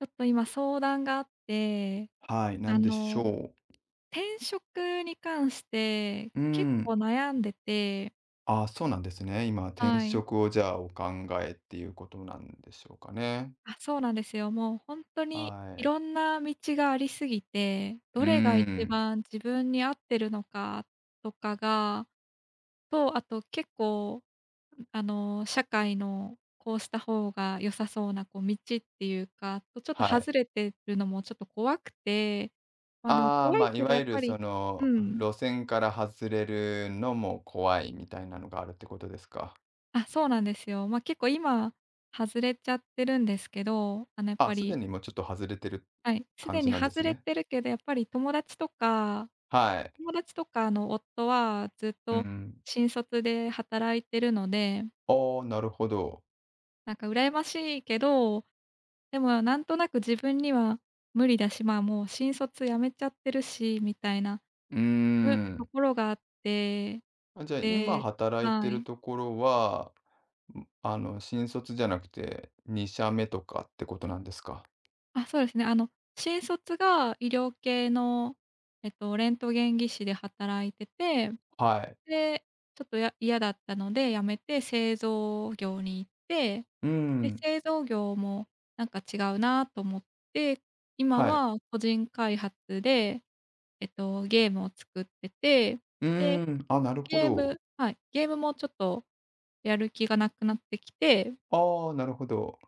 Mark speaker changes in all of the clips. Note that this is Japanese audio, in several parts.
Speaker 1: ちょっと今相談があって、
Speaker 2: はい、な
Speaker 1: あ
Speaker 2: んでし
Speaker 1: の、
Speaker 2: ょう。
Speaker 1: 転職に関して
Speaker 2: う
Speaker 1: 結構
Speaker 2: ん。
Speaker 1: 悩んでて。
Speaker 2: あ、そうなんですね。今、転
Speaker 1: はい。
Speaker 2: 職をじゃあお考えっていうことなんでしょうかね。
Speaker 1: あ、そうなんですよ。もうほんとに
Speaker 2: は
Speaker 1: い
Speaker 2: い。
Speaker 1: ろんな道がありすぎて、
Speaker 2: う
Speaker 1: ど
Speaker 2: ー
Speaker 1: れが一
Speaker 2: ん、
Speaker 1: 番自分に合ってるのかとかが、と、あと結構、社会のこうした方が良さそうなこう道っていうか、とちょっと
Speaker 2: はい。
Speaker 1: 外れてるのもちょっと怖くて、まあ、でも
Speaker 2: ああ、
Speaker 1: 怖
Speaker 2: ま
Speaker 1: い
Speaker 2: あ、い
Speaker 1: けど
Speaker 2: わ
Speaker 1: やっ
Speaker 2: ゆる
Speaker 1: ぱ
Speaker 2: そ
Speaker 1: り。
Speaker 2: の、
Speaker 1: うん。
Speaker 2: 路線から外れるのも怖いみたいなのがあるってことですか。
Speaker 1: あ、そうなんですよ。まあ、結構今外れちゃってるんですけど、やっ
Speaker 2: あ、
Speaker 1: ぱ
Speaker 2: すで
Speaker 1: り、
Speaker 2: にもうちょっと外れてる
Speaker 1: はい、す
Speaker 2: 感
Speaker 1: で
Speaker 2: じ
Speaker 1: に
Speaker 2: なんで
Speaker 1: 外
Speaker 2: す
Speaker 1: れ
Speaker 2: ね。
Speaker 1: てるけど、やっぱり友達とか
Speaker 2: はい。
Speaker 1: 友達とかの夫はずっ
Speaker 2: う
Speaker 1: と
Speaker 2: ん。
Speaker 1: 新卒で働いてるので、
Speaker 2: ああ、なるほど。
Speaker 1: なんか羨ましいけど、でもなんとなく自分には無理だし、まあ、もう新卒辞めちゃってるしみたいな、
Speaker 2: うー
Speaker 1: むと
Speaker 2: ん。
Speaker 1: ころがあって、
Speaker 2: あ、じゃあ今
Speaker 1: で。
Speaker 2: 働いて
Speaker 1: は
Speaker 2: る
Speaker 1: い。
Speaker 2: ところは新卒じゃなくて、2社目とかってことなんですか。
Speaker 1: あ、そうですね。新卒が医療系の、レントゲン技師で働いてて、
Speaker 2: はい。
Speaker 1: で、ちょっとや嫌だったので辞めて製造業に行って、
Speaker 2: うー
Speaker 1: で、
Speaker 2: ん、
Speaker 1: 製造業もなんか違うなと思って、今
Speaker 2: はい。
Speaker 1: は個人開発で、ゲームを作ってて、
Speaker 2: う
Speaker 1: で、
Speaker 2: ーん、あ、なるほ
Speaker 1: ゲー
Speaker 2: ど。
Speaker 1: ムはい、ゲームもちょっとやる気がなくなってきて、
Speaker 2: ああ、なるほど。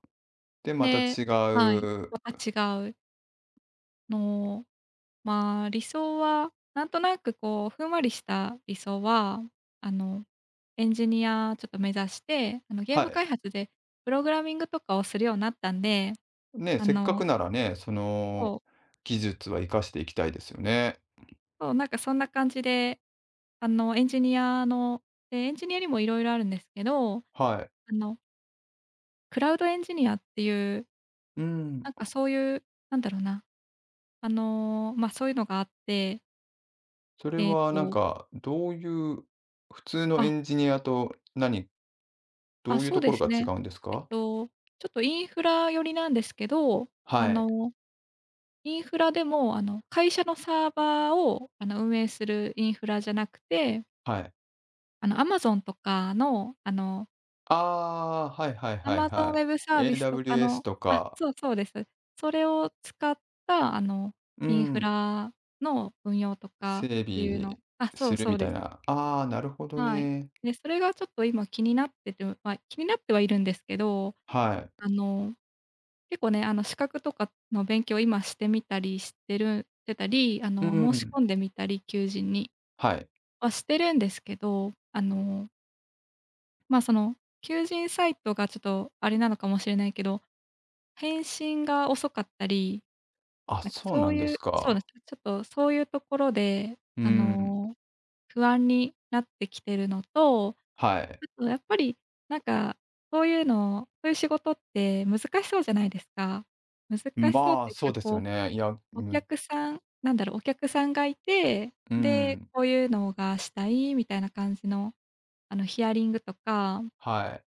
Speaker 2: で、また
Speaker 1: で。
Speaker 2: 違
Speaker 1: はい、
Speaker 2: う
Speaker 1: また違うのを。まあ、理想は、なんとなくこう、ふんわりした理想は、あの、エンジニアちょっと目指して、ゲー
Speaker 2: は
Speaker 1: ム
Speaker 2: い。
Speaker 1: 開発でプログラミングとかをするようになったんで、
Speaker 2: ね、
Speaker 1: あ
Speaker 2: せっかく
Speaker 1: の
Speaker 2: ならね、そ
Speaker 1: そ
Speaker 2: の
Speaker 1: う、
Speaker 2: 技術は活かしていきたいですよね。
Speaker 1: そう、なんかそんな感じで、あの、エンジニアのエンジニアにもいろいろあるんですけど、あ
Speaker 2: はい。
Speaker 1: の、クラウドエンジニアっていう、
Speaker 2: うん、
Speaker 1: なんかそういう、なんだろうな、そういうのがあって、
Speaker 2: それ
Speaker 1: えっ
Speaker 2: はなん
Speaker 1: と
Speaker 2: か、どういう、普通のエ
Speaker 1: あ、
Speaker 2: ンジニアと何ど
Speaker 1: あ、
Speaker 2: ういう
Speaker 1: そう
Speaker 2: とこ
Speaker 1: で
Speaker 2: ろ
Speaker 1: す
Speaker 2: が違
Speaker 1: ね。
Speaker 2: うんです
Speaker 1: えっ
Speaker 2: か？
Speaker 1: と、ちょっとインフラ寄りなんですけど、あ
Speaker 2: はい、
Speaker 1: の、インフラでも、会社のサーバーを、運営するインフラじゃなくて、
Speaker 2: はい。
Speaker 1: Amazon とかの、
Speaker 2: ああ、はいはいはい
Speaker 1: Amazon ウ
Speaker 2: は
Speaker 1: ェブサ
Speaker 2: い。
Speaker 1: ービスとか
Speaker 2: AWS
Speaker 1: の、
Speaker 2: と
Speaker 1: あ、
Speaker 2: か、
Speaker 1: そうそうです。それを使った、
Speaker 2: う
Speaker 1: インフ
Speaker 2: ん、
Speaker 1: ラの運用とかっ
Speaker 2: 整
Speaker 1: ていうの、
Speaker 2: 備
Speaker 1: あ、そう
Speaker 2: する
Speaker 1: そ
Speaker 2: み
Speaker 1: うで
Speaker 2: たい
Speaker 1: す。
Speaker 2: な。ああ、なるほど
Speaker 1: はい。
Speaker 2: ね。
Speaker 1: で、それがちょっと今気になってて、ま、気になってはいるんですけど、
Speaker 2: はい。
Speaker 1: あの結構ね、資格とかの勉強を今してみたりしてたり、
Speaker 2: う
Speaker 1: 申し
Speaker 2: ん、
Speaker 1: 込んでみたり、求人に
Speaker 2: はい。
Speaker 1: はしてるんですけど、まあ、その、求人サイトがちょっとあれなのかもしれないけど、返信が遅かったり、
Speaker 2: あ、
Speaker 1: なんか
Speaker 2: そう
Speaker 1: そ
Speaker 2: な
Speaker 1: う
Speaker 2: んで
Speaker 1: い
Speaker 2: す
Speaker 1: うそうで
Speaker 2: か。
Speaker 1: すね、ちょっとそういうところで、
Speaker 2: う
Speaker 1: あ
Speaker 2: ん、
Speaker 1: の、不安になってきてるのと、
Speaker 2: はい。
Speaker 1: あとやっぱり、なんか、そういうのそういう仕事って難しそうじゃないですか。難しそうっ
Speaker 2: まあ、
Speaker 1: てい
Speaker 2: そ
Speaker 1: う
Speaker 2: う
Speaker 1: か、
Speaker 2: です
Speaker 1: こ
Speaker 2: よ
Speaker 1: う
Speaker 2: ね。いや、
Speaker 1: お
Speaker 2: む
Speaker 1: 客さんなんだろう、お客さんがいて、
Speaker 2: う
Speaker 1: で、
Speaker 2: ん、
Speaker 1: こういうのがしたいみたいな感じの、ヒアリングとか
Speaker 2: はい、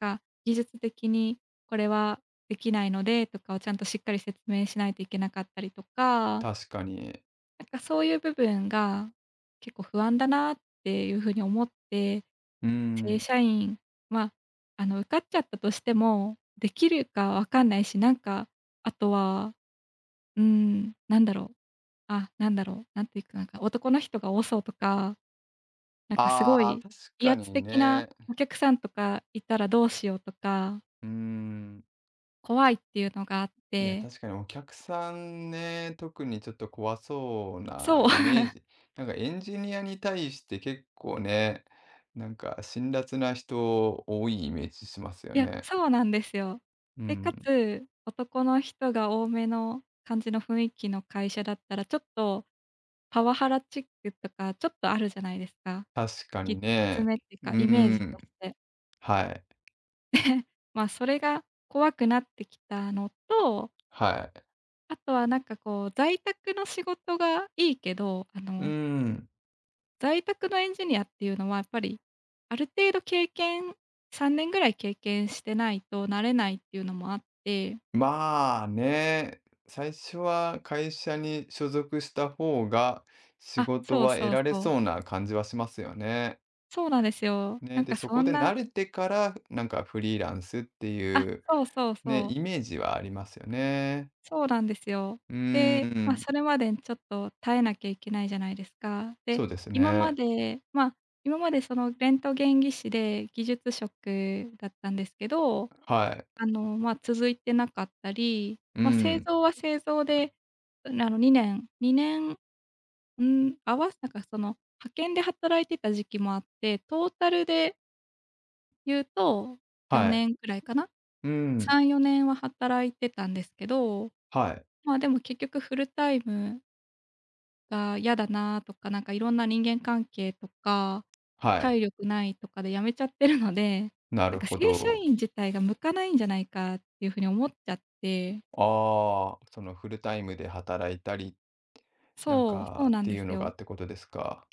Speaker 1: が、技術的にこれはできないのでとかをちゃんとしっかり説明しないといけなかったりとか、
Speaker 2: 確かに。
Speaker 1: なんかそういう部分が結構不安だなっていう風に思って、
Speaker 2: う
Speaker 1: 正
Speaker 2: ん。
Speaker 1: 社員は、受かっちゃったとしても、できるかわかんないし、なんか、あとは、うーん、なんだろうなんだろう、なんていうか、なんか男の人が多そうとか、なんかすご
Speaker 2: あ
Speaker 1: い
Speaker 2: あ、確
Speaker 1: 威
Speaker 2: か
Speaker 1: 圧
Speaker 2: に
Speaker 1: 的な
Speaker 2: ね。
Speaker 1: お客さんとかいたらどうしようとか、
Speaker 2: うん。
Speaker 1: 怖いっていうのがあっ
Speaker 2: いや、
Speaker 1: て、
Speaker 2: 確かにお客さんね、特にちょっと怖そうな
Speaker 1: そう、
Speaker 2: イメージ。なんかエンジニアに対して結構ね、なんか辛辣な人多いイメージしますよ
Speaker 1: いや、
Speaker 2: ね。
Speaker 1: そうなんですよ。
Speaker 2: う
Speaker 1: で、か
Speaker 2: ん。
Speaker 1: つ、男の人が多めの感じの雰囲気の会社だったら、ちょっとパワハラチックとかちょっとあるじゃないですか。
Speaker 2: 確かに
Speaker 1: ききつ
Speaker 2: ね。
Speaker 1: めっていう
Speaker 2: うー
Speaker 1: か、イメージ
Speaker 2: ん。
Speaker 1: として。
Speaker 2: はい。
Speaker 1: まあ、それが怖くなってきたのと、
Speaker 2: はい。
Speaker 1: あとはなんかこう、在宅の仕事がいいけど、
Speaker 2: うーん。
Speaker 1: 在宅のエンジニアっていうのはやっぱり、ある程度経験3年ぐらい経験してないとなれないっていうのもあって。
Speaker 2: まあね、最初は会社に所属した方が仕
Speaker 1: あ、
Speaker 2: 事
Speaker 1: そう
Speaker 2: は得
Speaker 1: そう
Speaker 2: られ
Speaker 1: そう。
Speaker 2: そうな感じはしますよね。
Speaker 1: そうなんですよ。な
Speaker 2: ね、
Speaker 1: ん
Speaker 2: で、
Speaker 1: か
Speaker 2: そ
Speaker 1: そ
Speaker 2: こ
Speaker 1: ん
Speaker 2: で
Speaker 1: な
Speaker 2: 慣れてから、なんかフリーランスって
Speaker 1: あ、
Speaker 2: いう、
Speaker 1: そうそう
Speaker 2: ね、
Speaker 1: そう。
Speaker 2: イメージはありますよね。
Speaker 1: そうなんですよ。
Speaker 2: うー
Speaker 1: で、まあ、
Speaker 2: ん、
Speaker 1: それまでにちょっと耐えなきゃいけないじゃないですか。で、
Speaker 2: そうです
Speaker 1: 今ま
Speaker 2: ね。
Speaker 1: で、まあ、今までそのレントゲン技師で技術職だったんですけど、
Speaker 2: はい。
Speaker 1: まあ、続いてなかったり、
Speaker 2: う
Speaker 1: まあ、製
Speaker 2: ん、
Speaker 1: 造は製造で、2年2年、うん、合わせたかその、派遣で働いてた時期もあって、トータルで言うと
Speaker 2: はい。
Speaker 1: 4年くらいかな、
Speaker 2: うん、
Speaker 1: 3、4年は働いてたんですけど、
Speaker 2: はい、
Speaker 1: まあ、でも結局フルタイムが嫌だなとか、なんかいろんな人間関係とか、
Speaker 2: は
Speaker 1: 体
Speaker 2: い。
Speaker 1: 力ないとかで辞めちゃってるので、
Speaker 2: な
Speaker 1: なん
Speaker 2: る
Speaker 1: か
Speaker 2: ほ
Speaker 1: 正社
Speaker 2: ど。
Speaker 1: 員自体が向かないんじゃないかっていう風に思っちゃって。
Speaker 2: ああ、そのフルタイムで働いたり、なん
Speaker 1: そう、そう
Speaker 2: かっ
Speaker 1: なん
Speaker 2: て
Speaker 1: で
Speaker 2: いう
Speaker 1: す
Speaker 2: のが
Speaker 1: よ。
Speaker 2: ってことですか。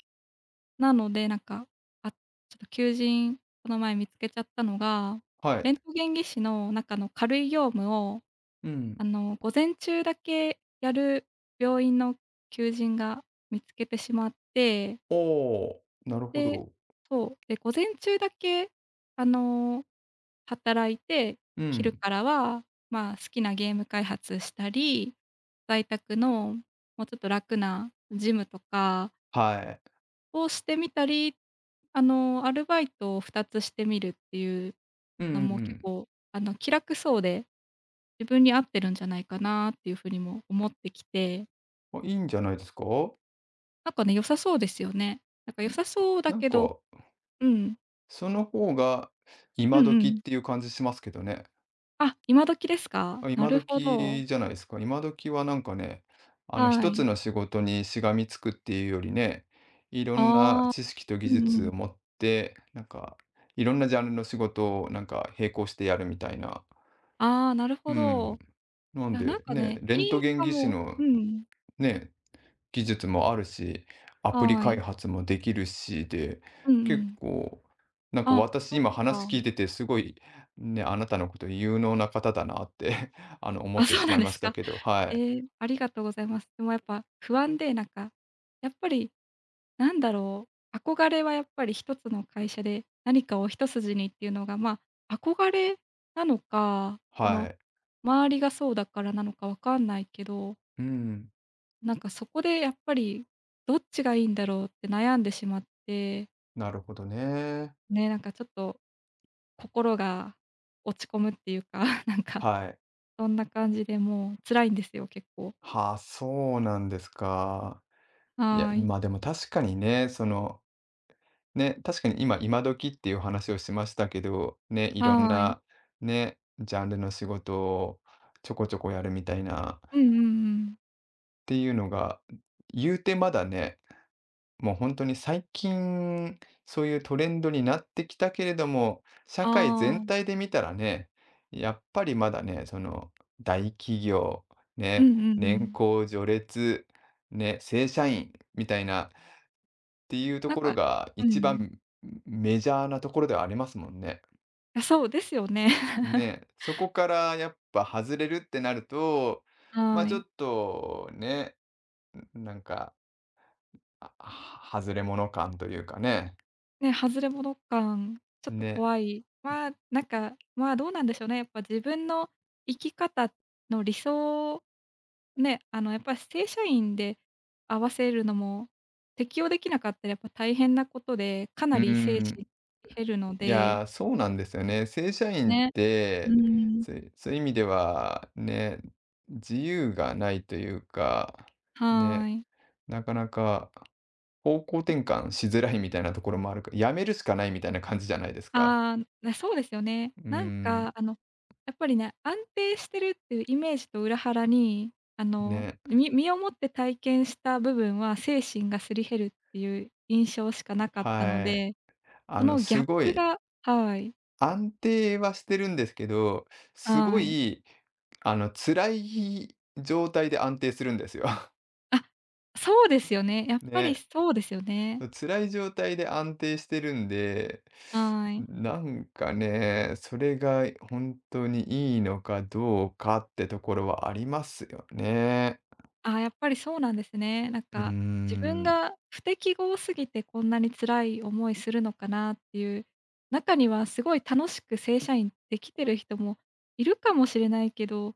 Speaker 1: なので、なんか、あ、ちょっと求人、この前見つけちゃったのが、
Speaker 2: はい。
Speaker 1: レントゲン技師の中の軽い業務を、
Speaker 2: うん。
Speaker 1: 午前中だけやる病院の求人が見つけてしまって、
Speaker 2: おお、なるほ
Speaker 1: で。
Speaker 2: ど。
Speaker 1: そう、で、午前中だけ、あの、働いて、
Speaker 2: う
Speaker 1: 昼
Speaker 2: ん、
Speaker 1: からは、まあ、好きなゲーム開発したり、在宅のもうちょっと楽なジムとか
Speaker 2: はい。
Speaker 1: をしてみたり、アルバイトを2つしてみるっていう
Speaker 2: うんう
Speaker 1: のも結
Speaker 2: ん
Speaker 1: 構、気楽そうで、自分に合ってるんじゃないかなっていう風にも思ってきて、
Speaker 2: うん。あ、いいんじゃないですか。
Speaker 1: なんかね、良さそうですよね。なんか良
Speaker 2: ん、
Speaker 1: さそうだ
Speaker 2: なん
Speaker 1: けど、
Speaker 2: か
Speaker 1: うん。
Speaker 2: その方が
Speaker 1: う
Speaker 2: 今
Speaker 1: んう
Speaker 2: 時っ
Speaker 1: ん。
Speaker 2: ていう感じしますけどね。
Speaker 1: あ、今時ですか？
Speaker 2: あ、
Speaker 1: な
Speaker 2: 今
Speaker 1: るほど。
Speaker 2: 時じゃないですか。今時はなんかね、
Speaker 1: は
Speaker 2: 一つ
Speaker 1: い。
Speaker 2: の仕事にしがみつくっていうよりね、いろんな
Speaker 1: ああ、
Speaker 2: 知識と
Speaker 1: う
Speaker 2: 技
Speaker 1: んう
Speaker 2: 術
Speaker 1: ん。
Speaker 2: を持って、なんかいろんなジャンルの仕事をなんか並行してやるみたいな。
Speaker 1: ああ、なる
Speaker 2: う
Speaker 1: ほど。い
Speaker 2: ん。なん
Speaker 1: や、なん
Speaker 2: で
Speaker 1: か
Speaker 2: ね、
Speaker 1: ね、
Speaker 2: レン
Speaker 1: い
Speaker 2: ト
Speaker 1: い
Speaker 2: ゲン
Speaker 1: か
Speaker 2: 技師
Speaker 1: も、
Speaker 2: の
Speaker 1: うん。
Speaker 2: ね、技術もあるし、アプリ
Speaker 1: は
Speaker 2: 開
Speaker 1: い。
Speaker 2: 発もできるしで、
Speaker 1: うんう
Speaker 2: 結
Speaker 1: ん。
Speaker 2: 構、なんか
Speaker 1: あ、
Speaker 2: 私
Speaker 1: そっ
Speaker 2: 今話
Speaker 1: か。
Speaker 2: 聞いててすごいね、あなたのこと有能な方だなって 思っ
Speaker 1: あ、
Speaker 2: て
Speaker 1: そう
Speaker 2: し
Speaker 1: な
Speaker 2: ま
Speaker 1: ん
Speaker 2: い
Speaker 1: で
Speaker 2: ま
Speaker 1: す
Speaker 2: した
Speaker 1: か？
Speaker 2: けど、はい。
Speaker 1: ええ、ありがとうございます。でもやっぱ不安で、なんか、やっぱりなんだろう、憧れはやっぱり一つの会社で何かを一筋にっていうのが、まあ、憧れなのか、そ
Speaker 2: は
Speaker 1: の、
Speaker 2: い。
Speaker 1: 周りがそうだからなのかわかんないけど、
Speaker 2: うん。
Speaker 1: なんかそこでやっぱりどっちがいいんだろうって悩んでしまって、
Speaker 2: なるほどね。
Speaker 1: ね、なんかちょっと心が落ち込むっていうか、なんか
Speaker 2: はい。
Speaker 1: そんな感じでもう辛いんですよ、結構。
Speaker 2: はあ、そうなんですか。いや、
Speaker 1: はーい。
Speaker 2: まあでも確かにね、その、ね、確かに今、今時っていう話をしましたけど、ね、いろん
Speaker 1: はーい。
Speaker 2: な、ね、ジャンルの仕事をちょこちょこやるみたいな
Speaker 1: うんうんうん。
Speaker 2: っていうのが、言うてまだね、もう本当に最近、そういうトレンドになってきたけれども、社
Speaker 1: あ
Speaker 2: 会全
Speaker 1: あ、
Speaker 2: 体で見たらね、やっぱりまだね、その、大企業、
Speaker 1: う
Speaker 2: ね、
Speaker 1: んうんう
Speaker 2: 年
Speaker 1: ん。
Speaker 2: 功序列、ね、正社員みたいなっていうと
Speaker 1: なん
Speaker 2: こ
Speaker 1: か、
Speaker 2: ろが
Speaker 1: う
Speaker 2: 一
Speaker 1: ん。
Speaker 2: 番メジャーなところではありますもんね。
Speaker 1: あ、そうですよね。
Speaker 2: ね、そこからやっぱ外れるってなると、ま、
Speaker 1: は
Speaker 2: ち
Speaker 1: い。
Speaker 2: ょっとね、なんかあ、は外れ者感というかね。
Speaker 1: ね、外れ物感、ちょっと
Speaker 2: ね。
Speaker 1: 怖い。まあ、なんか、まあ、どうなんでしょうね。やっぱ自分の生き方の理想、ね、やっぱり正社員で合わせるのも、適用できなかったらやっぱ大変なことで、か
Speaker 2: う
Speaker 1: な
Speaker 2: ー
Speaker 1: り精神
Speaker 2: ん。
Speaker 1: 減るの
Speaker 2: い
Speaker 1: で、
Speaker 2: や、そうなんですよね。正社員っ
Speaker 1: ね、う
Speaker 2: て、
Speaker 1: ん、
Speaker 2: そういうそういう意味では、ね、自由がないというか、
Speaker 1: は
Speaker 2: ね、
Speaker 1: い。
Speaker 2: なかなか方向転換しづらいみたいなところもあるか辞めるしかないみたいな感じじゃないですか。
Speaker 1: ああ、なそうですよね。
Speaker 2: うー
Speaker 1: なんか、
Speaker 2: ん、
Speaker 1: やっぱりね、安定してるっていうイメージと裏腹に、
Speaker 2: ね、
Speaker 1: み身をもって体験した部分は、精神がすり減るっていう印象しかなかったの
Speaker 2: はい。
Speaker 1: で、そのギャッ
Speaker 2: すご
Speaker 1: プ
Speaker 2: い
Speaker 1: が。はい。
Speaker 2: 安定はしてるんですけど、す
Speaker 1: は
Speaker 2: ご
Speaker 1: い。
Speaker 2: い、辛い状態で安定するんですよ。
Speaker 1: あ、そうですよね。やっぱり
Speaker 2: ね。
Speaker 1: そうですよね。
Speaker 2: 辛い状態で安定してるんで、
Speaker 1: はい。
Speaker 2: なんかね、それが本当にいいのかどうかってところはありますよね。
Speaker 1: ああ、やっぱりそうなんですね。なん
Speaker 2: うー
Speaker 1: か、自分
Speaker 2: ん。
Speaker 1: が不適合すぎてこんなに辛い思いするのかなっていう、中にはすごい楽しく正社員できてる人もいるかもしれないけど、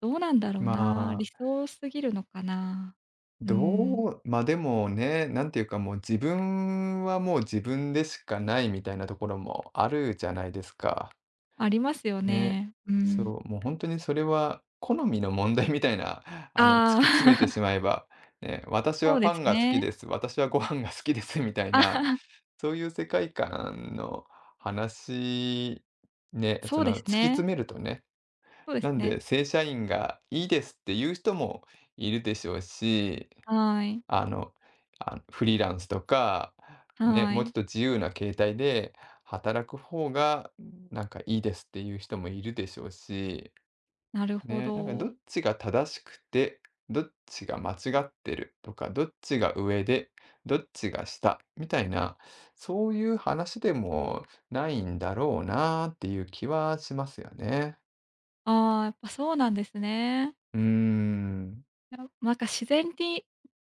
Speaker 1: どうなんだろう
Speaker 2: ま
Speaker 1: な、理
Speaker 2: あ、
Speaker 1: 想すぎるのかな。うーん、
Speaker 2: どう、まあでもね、なんていうかもう自分はもう自分でしかないみたいなところもあるじゃないですか。
Speaker 1: ありますよ
Speaker 2: ね、
Speaker 1: ね。う
Speaker 2: そ
Speaker 1: ん。
Speaker 2: う、もう本当にそれは好みの問題みたいな、突き
Speaker 1: あ
Speaker 2: 詰めてし
Speaker 1: あ、
Speaker 2: まえば、ね、私
Speaker 1: そ
Speaker 2: は
Speaker 1: うで
Speaker 2: パン
Speaker 1: す
Speaker 2: が好き
Speaker 1: ね。
Speaker 2: です、私はご飯が好きですみたい
Speaker 1: あ
Speaker 2: な、
Speaker 1: あ
Speaker 2: そういう世界観の話、ね、
Speaker 1: そ
Speaker 2: そ
Speaker 1: うで
Speaker 2: の
Speaker 1: す
Speaker 2: 突き
Speaker 1: ね。
Speaker 2: 詰めるとね、
Speaker 1: そうです
Speaker 2: なん
Speaker 1: ね。
Speaker 2: で正社員がいいですっていう人もいるでしょうし、
Speaker 1: はい、
Speaker 2: あの、あ、フリーランスとか、ね、
Speaker 1: は
Speaker 2: もうちょ
Speaker 1: い。
Speaker 2: っと自由な形態で働く方が、なんかいいですっていう人もいるでしょうし、
Speaker 1: なるほ
Speaker 2: ね、なんかどっ
Speaker 1: ど。
Speaker 2: ちが正しくて、どっちが間違ってるとか、どっちが上で、どっちが下みたいな、そういう話でもないんだろうなっていう気はしますよね。
Speaker 1: ああ、やっぱそうなんですね。
Speaker 2: うーん。
Speaker 1: なんか自然に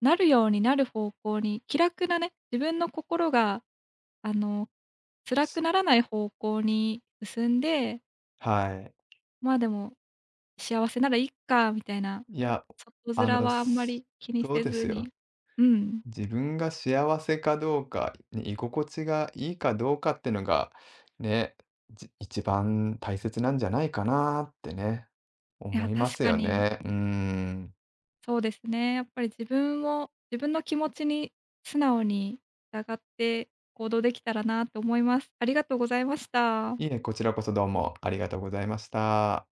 Speaker 1: なるようになる方向に、気楽なね、自分の心が、あの、辛く
Speaker 2: す
Speaker 1: ならない方向に進んで、
Speaker 2: はい。
Speaker 1: まあ、でも、幸せならいっかみたいな、
Speaker 2: いや、
Speaker 1: 外
Speaker 2: あ
Speaker 1: 面
Speaker 2: の、
Speaker 1: はあんま
Speaker 2: す
Speaker 1: り気に
Speaker 2: そう
Speaker 1: せ
Speaker 2: で
Speaker 1: ず
Speaker 2: すよ。
Speaker 1: に、うん、
Speaker 2: 自分が幸せかどうか、ね、居心地がいいかどうかってのが、ね、じ一番大切なんじゃないかなってね、
Speaker 1: い
Speaker 2: 思
Speaker 1: や、
Speaker 2: いま
Speaker 1: 確
Speaker 2: す
Speaker 1: か
Speaker 2: よ
Speaker 1: に
Speaker 2: ね。うーん。
Speaker 1: そうですね。やっぱり自分の気持ちに素直に従って行動できたらなと思います。ありがとうございました。
Speaker 2: いいねこちらこそどうもありがとうございました。